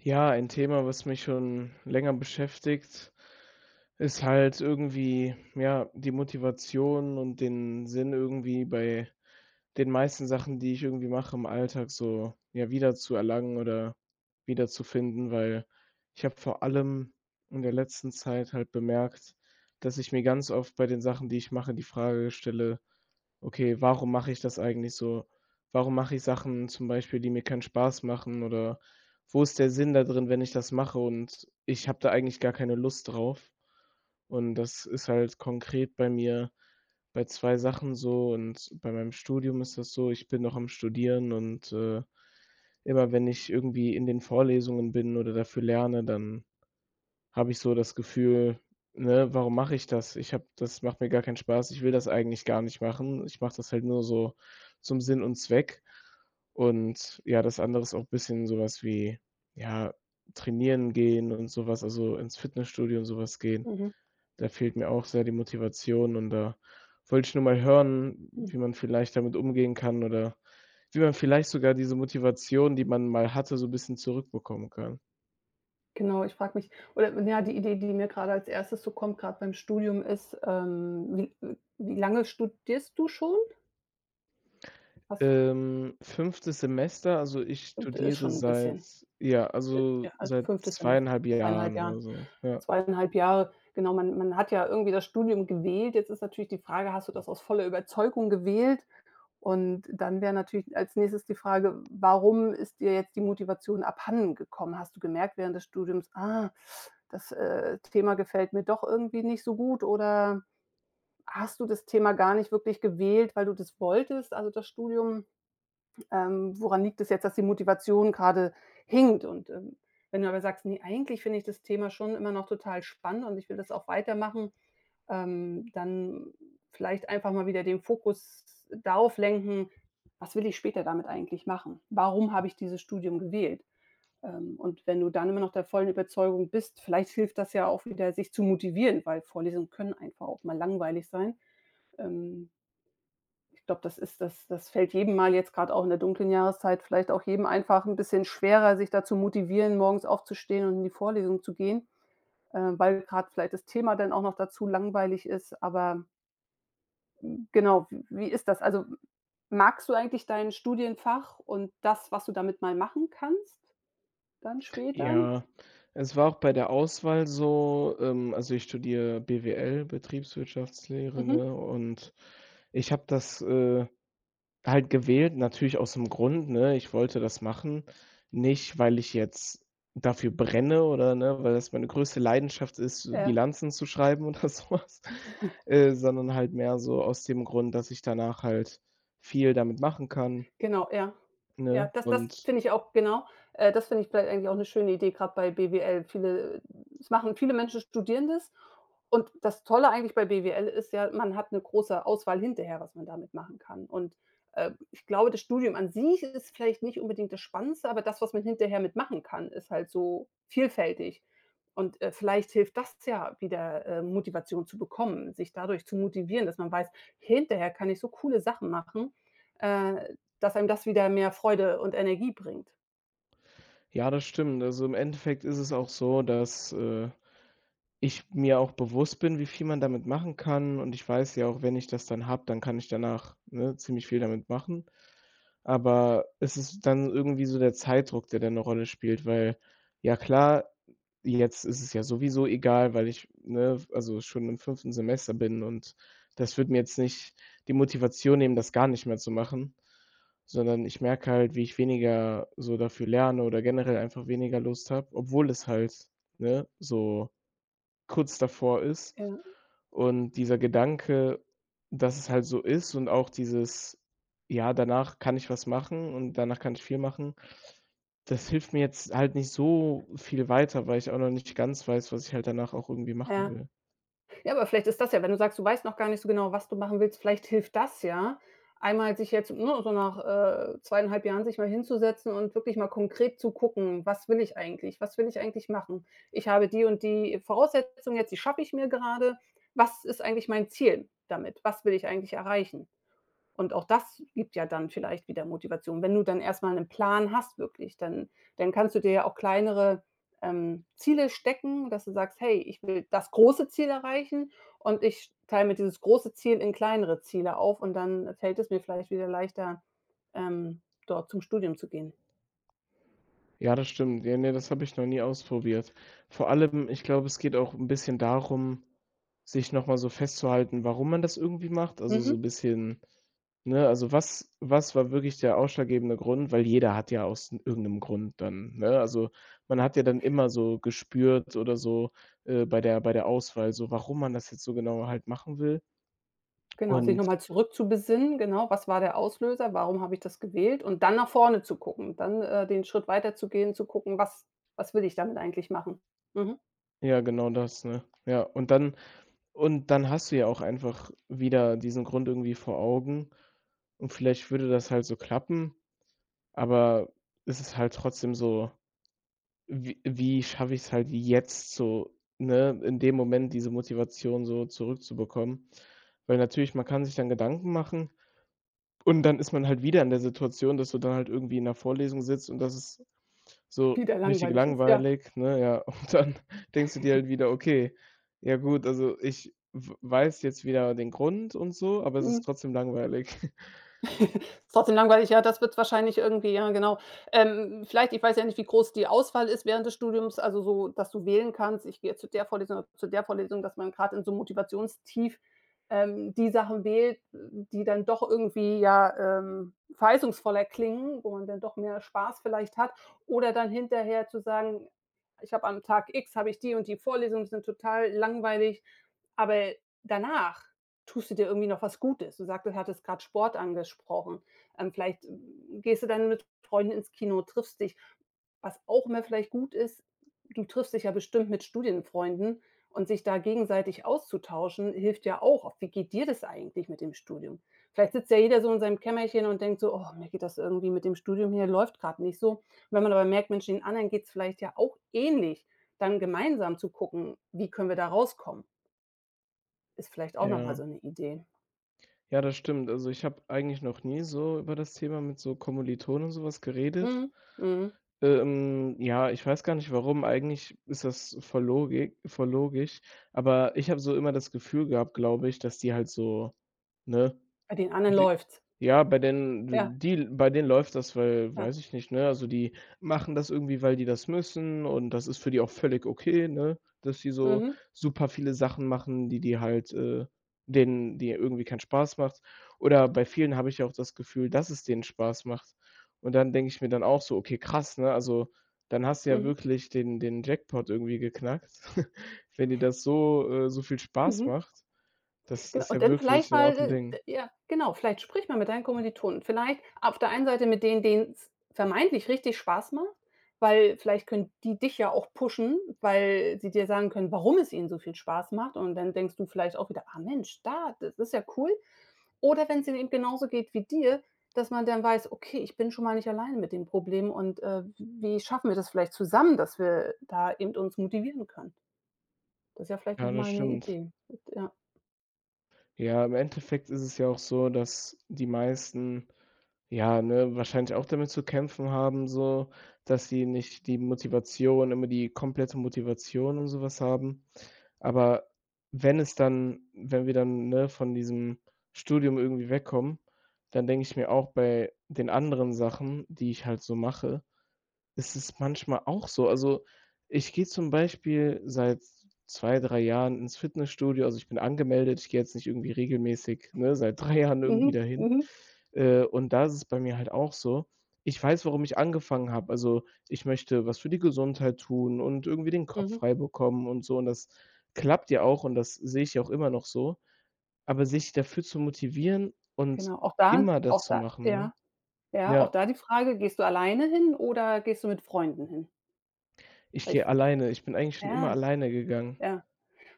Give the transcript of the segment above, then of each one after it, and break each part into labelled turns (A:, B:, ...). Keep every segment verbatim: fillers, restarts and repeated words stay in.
A: Ja, ein Thema, was mich schon länger beschäftigt, ist halt irgendwie, ja, die Motivation und den Sinn irgendwie bei den meisten Sachen, die ich irgendwie mache im Alltag, so, ja, wieder zu erlangen oder wiederzufinden, weil ich habe vor allem in der letzten Zeit halt bemerkt, dass ich mir ganz oft bei den Sachen, die ich mache, die Frage stelle: okay, warum mache ich das eigentlich so? Warum mache ich Sachen zum Beispiel, die mir keinen Spaß machen oder wo ist der Sinn da drin, wenn ich das mache und ich habe da eigentlich gar keine Lust drauf? Und das ist halt konkret bei mir bei zwei Sachen so, und bei meinem Studium ist das so, ich bin noch am Studieren und äh, immer wenn ich irgendwie in den Vorlesungen bin oder dafür lerne, dann habe ich so das Gefühl, ne: „Warum mache ich das? Ich habe das macht mir gar keinen Spaß. Ich will das eigentlich gar nicht machen. Ich mache das halt nur so zum Sinn und Zweck.“ Und ja, das andere ist auch ein bisschen sowas wie, ja, trainieren gehen und sowas, also ins Fitnessstudio und sowas gehen.
B: Mhm,
A: Da fehlt mir auch sehr die Motivation, und da wollte ich nur mal hören,
B: mhm.
A: wie man vielleicht damit umgehen kann, oder wie man vielleicht sogar diese Motivation, die man mal hatte, so 'n bisschen zurückbekommen kann.
B: Genau, ich frage mich oder ja, die Idee, die mir gerade als Erstes so kommt, gerade beim Studium ist, ähm, wie wie lange studierst du schon? Hast
A: Ähm, fünften. Semester, also ich
B: Ist
A: studiere
B: schon ein
A: seit,
B: bisschen.
A: ja,
B: Äh,
A: also
B: ja, also
A: seit
B: fünftes Semester,
A: zweieinhalb
B: 2,5
A: Jahren
B: Jahren
A: oder so, ja.
B: zwei Komma fünf Jahre. Genau, man man hat ja irgendwie das Studium gewählt. Jetzt ist natürlich die Frage, hast du das aus voller Überzeugung gewählt? Und dann wäre natürlich als nächstes die Frage: Warum ist dir jetzt die Motivation abhanden gekommen? Hast du gemerkt während des Studiums: „Ah, das, äh, Thema gefällt mir doch irgendwie nicht so gut“, oder hast du das Thema gar nicht wirklich gewählt, weil du das wolltest, also das Studium? Ähm, woran liegt es jetzt, dass die Motivation gerade hinkt? Und, ähm, wenn du aber sagst: nee, eigentlich finde ich das Thema schon immer noch total spannend und ich will das auch weitermachen“, ähm, dann vielleicht einfach mal wieder den Fokus darauf lenken: „Was will ich später damit eigentlich machen? Warum habe ich dieses Studium gewählt?“ Ähm, und wenn du dann immer noch der vollen Überzeugung bist, vielleicht hilft das ja auch wieder, sich zu motivieren, weil Vorlesungen können einfach auch mal langweilig sein. Ähm, Ich glaube, das ist das das fällt jedem mal, jetzt gerade auch in der dunklen Jahreszeit vielleicht, auch jedem einfach ein bisschen schwerer, sich dazu motivieren, morgens aufzustehen und in die Vorlesung zu gehen, äh, weil gerade vielleicht das Thema dann auch noch dazu langweilig ist. Aber genau, w wie ist das? Also, magst du eigentlich dein Studienfach und das, was du damit mal machen kannst dann später?
A: Ja, es war auch bei der Auswahl so, ähm, also ich studiere B W L, Betriebswirtschaftslehre,
B: Mhm.
A: ne, und ich habe das, äh Halt gewählt, natürlich aus 'm Grund, ne? Ich wollte das machen, nicht, weil ich jetzt dafür brenne oder, ne, weil das meine größte Leidenschaft ist, so Bilanzen zu schreiben oder so was, äh, sondern halt mehr so aus dem Grund, dass ich danach halt viel damit machen kann,
B: Genau, ja. Ja,
A: ne?
B: das das
A: Und
B: finde ich auch, genau. Äh, das finde ich vielleicht eigentlich auch eine schöne Idee, gerade bei B W L. Viele es machen viele Menschen studieren das und das Tolle eigentlich bei B W L ist ja, man hat eine große Auswahl hinterher, was man damit machen kann. Und, äh, ich glaube, das Studium an sich ist vielleicht nicht unbedingt das Spannendste, aber das, was man hinterher mit machen kann, ist halt so vielfältig. Und, äh, vielleicht hilft das ja wieder, äh, Motivation zu bekommen, sich dadurch zu motivieren, dass man weiß: „Hinterher kann ich so coole Sachen machen, äh, dass einem das wieder mehr Freude und Energie bringt.“
A: ja, das stimmt. Also, im Endeffekt ist es auch so, dass, äh, ich mir auch bewusst bin, wie viel man damit machen kann, und ich weiß ja auch, wenn ich das dann habe, dann kann ich danach, ne, ziemlich viel damit machen. Aber es ist dann irgendwie so der Zeitdruck, der da 'ne Rolle spielt, weil, ja klar, jetzt ist es ja sowieso egal, weil ich, ne, f also schon im fünften Semester bin und das wird mir jetzt nicht die Motivation nehmen, das gar nicht mehr zu machen, sondern ich merke halt, wie ich weniger so dafür lerne oder generell einfach weniger Lust habe, obwohl es halt, ne, so kurz davor ist.
B: Ja,
A: Und dieser Gedanke, dass es halt so ist, und auch dieses: „Ja, danach kann ich was machen und danach kann ich viel machen“, das hilft mir jetzt halt nicht so viel weiter, weil ich auch noch nicht ganz weiß, was ich halt danach auch irgendwie machen
B: ja.
A: will.
B: Ja, aber vielleicht ist das ja, wenn du sagst, du weißt noch gar nicht so genau, was du machen willst, vielleicht hilft das ja, einmal sich jetzt, ne, so nach, äh, zwei Komma fünf Jahren sich mal hinzusetzen und wirklich mal konkret zu gucken: „Was will ich eigentlich? Was will ich eigentlich machen? Ich habe die und die Voraussetzungen jetzt, die schaffe ich mir gerade. Was ist eigentlich mein Ziel damit? Was will ich eigentlich erreichen?“ Und auch das gibt ja dann vielleicht wieder Motivation. Wenn du dann erstmal einen Plan hast wirklich, dann dann kannst du dir ja auch kleinere, ähm, Ziele stecken, dass du sagst: „Hey, ich will das große Ziel erreichen und ich teile mir dieses große Ziel in kleinere Ziele auf und dann fällt es mir vielleicht wieder leichter, ähm, dort zum Studium zu gehen.“
A: Ja, das stimmt. Ja, ne, das habe ich noch nie ausprobiert. Vor allem, ich glaube, es geht auch ein bisschen darum, sich noch mal so festzuhalten, warum man das irgendwie macht. Also, so
B: Mhm.
A: ein bisschen, ne, also was was war wirklich der ausschlaggebende Grund? Weil jeder hat ja aus irgendeinem Grund dann, ne? Also, man hat ja dann immer so gespürt oder so, äh, bei der bei der Auswahl so, warum man das jetzt so genau halt machen will.
B: Genau, sich
A: Und
B: nochmal zurück zu besinnen, genau, was war der Auslöser, warum habe ich das gewählt, und dann nach vorne zu gucken, dann, äh, den Schritt weiterzugehen, zu gehen, zu gucken, was was will ich damit eigentlich machen? Mhm.
A: ja, genau das, ne? Ja, und dann und dann hast du ja auch einfach wieder diesen Grund irgendwie vor Augen und vielleicht würde das halt so klappen, aber es ist halt trotzdem so: Wie wie schaffe ich's halt jetzt so, ne, in dem Moment diese Motivation so zurückzubekommen? Weil natürlich, man kann sich dann Gedanken machen, und dann ist man halt wieder in der Situation, dass du dann halt irgendwie in 'ner Vorlesung sitzt und das ist so
B: Wie der
A: richtig
B: langweilig ist, ja.
A: langweilig, ne, ja. Und dann denkst du dir halt wieder: „Okay, ja gut, also ich w weiß jetzt wieder den Grund und so, aber es ist
B: Mhm.
A: trotzdem langweilig.“
B: Ist trotzdem langweilig, ja, das wird's wahrscheinlich irgendwie, ja, genau. Ähm, vielleicht, ich weiß ja nicht, wie groß die Auswahl ist während des Studiums, also so, dass du wählen kannst: „Ich gehe zu der Vorlesung oder zu der Vorlesung“, dass man gerade in so 'm Motivationstief, ähm, die Sachen wählt, die dann doch irgendwie, ja, ähm, verheißungsvoller klingen, wo man dann doch mehr Spaß vielleicht hat. Oder dann hinterher zu sagen: „Ich habe am Tag X habe ich die und die Vorlesungen, die sind total langweilig“, aber danach tust du dir irgendwie noch was Gutes. Du sagtest, hattest gerade Sport angesprochen. Ähm, vielleicht äh, gehst du dann mit Freunden ins Kino, triffst dich. Was auch immer vielleicht gut ist, du triffst dich ja bestimmt mit Studienfreunden, und sich da gegenseitig auszutauschen, hilft ja auch. Auf Wie geht dir das eigentlich mit dem Studium? Vielleicht sitzt ja jeder so in seinem Kämmerchen und denkt so, oh, mir geht das irgendwie mit dem Studium hier, läuft gerade nicht so. Und wenn man aber merkt, Mensch, den anderen geht es vielleicht ja auch ähnlich, dann gemeinsam zu gucken, wie können wir da rauskommen, ist vielleicht auch nochmal
A: Ja.
B: so eine Idee.
A: Ja, das stimmt. Also, ich habe eigentlich noch nie so über das Thema mit so Kommilitonen und so was geredet.
B: Mhm. Mhm.
A: Ähm, ja, ich weiß gar nicht warum. Eigentlich ist das voll logik voll logisch, aber ich habe so immer das Gefühl gehabt, glaube ich, dass die halt so, ne,
B: Bei den anderen
A: die
B: läuft's.
A: ja, bei
B: Ja,
A: den die bei denen läuft das, weil,
B: ja.
A: weiß ich nicht, ne? Also, die machen das irgendwie, weil die das müssen, und das ist für die auch völlig okay, ne, dass die so
B: Mhm.
A: super viele Sachen machen, die die halt, äh denen die irgendwie keinen Spaß macht. Oder bei vielen habe ich ja auch das Gefühl, dass es denen Spaß macht. Und dann denke ich mir dann auch so: „Okay, krass, ne?“ Also, dann hast du ja
B: Mhm,
A: wirklich den den Jackpot irgendwie geknackt, wenn dir das so äh, so viel Spaß
B: mhm.
A: macht. Das
B: Genau.
A: ist
B: Und
A: ja
B: dann
A: wirklich
B: vielleicht
A: dann
B: mal,
A: auch 'n
B: äh, d
A: Ding.
B: ja, genau, vielleicht sprich mal mit deinen Kommilitonen. Vielleicht auf der einen Seite mit denen, denen es vermeintlich richtig Spaß macht, weil vielleicht können die dich ja auch pushen, weil sie dir sagen können, warum es ihnen so viel Spaß macht. Und dann denkst du vielleicht auch wieder: „Ah Mensch, da, das ist ja cool.“ Oder wenn es ihnen eben genauso geht wie dir, dass man dann weiß: „Okay, ich bin schon mal nicht alleine mit dem Problem und, äh, wie schaffen wir das vielleicht zusammen, dass wir da eben uns motivieren können?“ Das ist ja vielleicht noch
A: Ja, das
B: mal 'ne
A: stimmt.
B: Idee. Ja.
A: Ja, im Endeffekt ist es ja auch so, dass die meisten, ja, ne, wahrscheinlich auch damit zu kämpfen haben, so, dass sie nicht die Motivation, immer die komplette Motivation und sowas haben. Aber wenn es dann wenn wir dann, ne, von diesem Studium irgendwie wegkommen, dann denke ich mir auch bei den anderen Sachen, die ich halt so mache, es ist es manchmal auch so. Also, ich gehe zum Beispiel seit zwei drei Jahren ins Fitnessstudio. Also, ich bin angemeldet. Ich gehe jetzt nicht irgendwie regelmäßig, ne, seit drei Jahren irgendwie
B: Mhm,
A: dahin.
B: mhm,
A: Äh, und da ist es bei mir halt auch so. Ich weiß, warum ich angefangen habe. Also, ich möchte was für die Gesundheit tun und irgendwie den Kopf
B: mhm.
A: frei bekommen und so. Und das klappt ja auch und das sehe ich ja auch immer noch so. Aber sich dafür zu motivieren und
B: Genau, auch da
A: immer das
B: auch
A: zu
B: da,
A: machen, ne?
B: ja, ja, auch
A: Ja,
B: da die Frage, gehst du alleine hin oder gehst du mit Freunden hin?
A: ich
B: Weil
A: gehe
B: ich
A: alleine. Ich bin eigentlich schon immer
B: Ja,
A: alleine gegangen.
B: ja.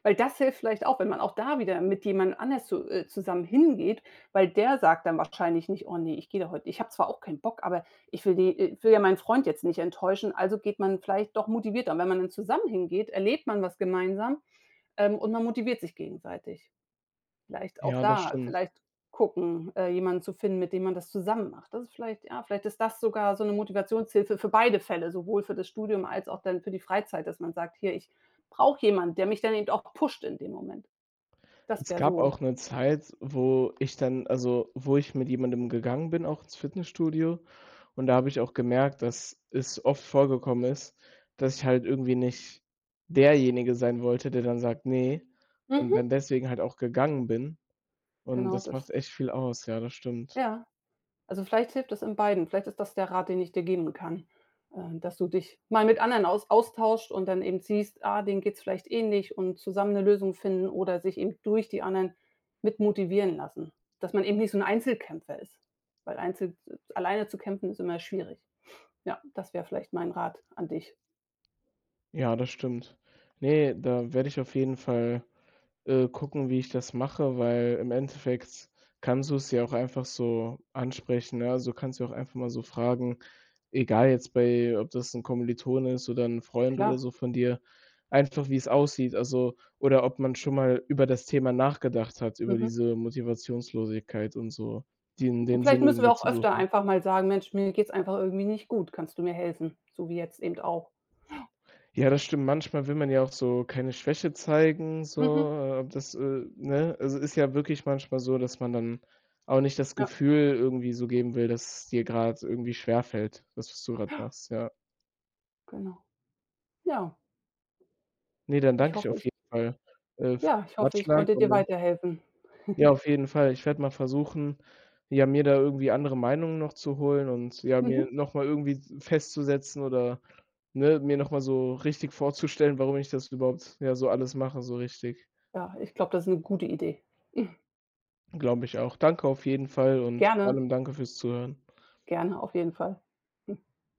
B: Weil das hilft vielleicht auch, wenn man auch da wieder mit jemand anders zu äh, zusammen hingeht, weil der sagt dann wahrscheinlich nicht: „Oh ne, ich gehe da heute, ich habe zwar auch keinen Bock, aber ich will die äh, will ja meinen Freund jetzt nicht enttäuschen.“ Also geht man vielleicht doch motivierter. Und wenn man dann zusammen hingeht, erlebt man was gemeinsam, ähm, und man motiviert sich gegenseitig. Vielleicht auch
A: Ja, das
B: da
A: stimmt.
B: vielleicht gucken, äh, jemanden zu finden, mit dem man das zusammen macht. Das ist vielleicht, ja, vielleicht ist das sogar so eine Motivationshilfe für beide Fälle, sowohl für das Studium als auch dann für die Freizeit, dass man sagt: „Hier, ich brauche jemanden, der mich dann eben auch pusht in dem Moment.“ Das
A: Es
B: wäre
A: gab
B: so.
A: auch 'ne Zeit, wo ich dann, also, wo ich mit jemandem gegangen bin, auch ins Fitnessstudio, und da habe ich auch gemerkt, dass es oft vorgekommen ist, dass ich halt irgendwie nicht derjenige sein wollte, der dann sagt: „Ne“, und
B: Mhm.
A: dann deswegen halt auch gegangen bin, und
B: Genau
A: das macht
B: das.
A: echt viel aus. Ja, das stimmt.
B: Ja. Also, vielleicht hilft das in beiden. Vielleicht ist das der Rat, den ich dir geben kann, äh, dass du dich mal mit anderen aus austauscht und dann eben siehst, ah, denen geht es vielleicht ähnlich und zusammen eine Lösung finden oder sich eben durch die anderen mit motivieren lassen. Dass man eben nicht so ein Einzelkämpfer ist, weil einzel alleine zu kämpfen ist immer schwierig. Ja, das wäre vielleicht mein Rat an dich.
A: Ja, das stimmt. Ne, da werde ich auf jeden Fall, äh, gucken, wie ich das mache, weil im Endeffekt kannst du's ja auch einfach so ansprechen, ne? Also, du kannst ja auch einfach mal so fragen, egal jetzt bei, ob das ein Kommilitone ist oder ein Freund oder
B: Klar,
A: so von dir, einfach wie es aussieht, also oder ob man schon mal über das Thema nachgedacht hat, über
B: mhm.
A: diese Motivationslosigkeit und so, die in
B: Und
A: den Sinn
B: vielleicht müssen wir
A: irgendwie
B: auch
A: zu
B: öfter
A: suchen.
B: einfach mal sagen: „Mensch, mir geht's einfach irgendwie nicht gut. Kannst du mir helfen?“ So wie jetzt eben auch.
A: Ja, das stimmt. Manchmal will man ja auch so keine Schwäche zeigen, so,
B: Mhm,
A: äh, das, äh ne? Also, ist ja wirklich manchmal so, dass man dann auch nicht das
B: ja,
A: Gefühl irgendwie so geben will, dass es dir grad irgendwie schwerfällt, das, was du grad machst, ja.
B: genau. Ja,
A: Ne, dann
B: ich
A: danke ich
B: hoffe,
A: auf
B: ich
A: jeden Fall, äh, für
B: Ja, ich
A: den
B: hoffe, ich
A: Ratschlag
B: konnte dir
A: und, äh,
B: weiterhelfen.
A: ja, auf jeden Fall. Ich werde mal versuchen, ja, mir da irgendwie andere Meinungen noch zu holen und, ja,
B: Mhm.
A: mir noch mal irgendwie s festzusetzen oder, ne, mir noch mal so richtig vorzustellen, warum ich das überhaupt, ja, so alles mache, so richtig.
B: Ja, ich glaube, das ist eine gute Idee.
A: Glaube ich auch. Danke auf jeden Fall und vor
B: Gerne,
A: allem danke fürs Zuhören.
B: gerne, auf jeden Fall.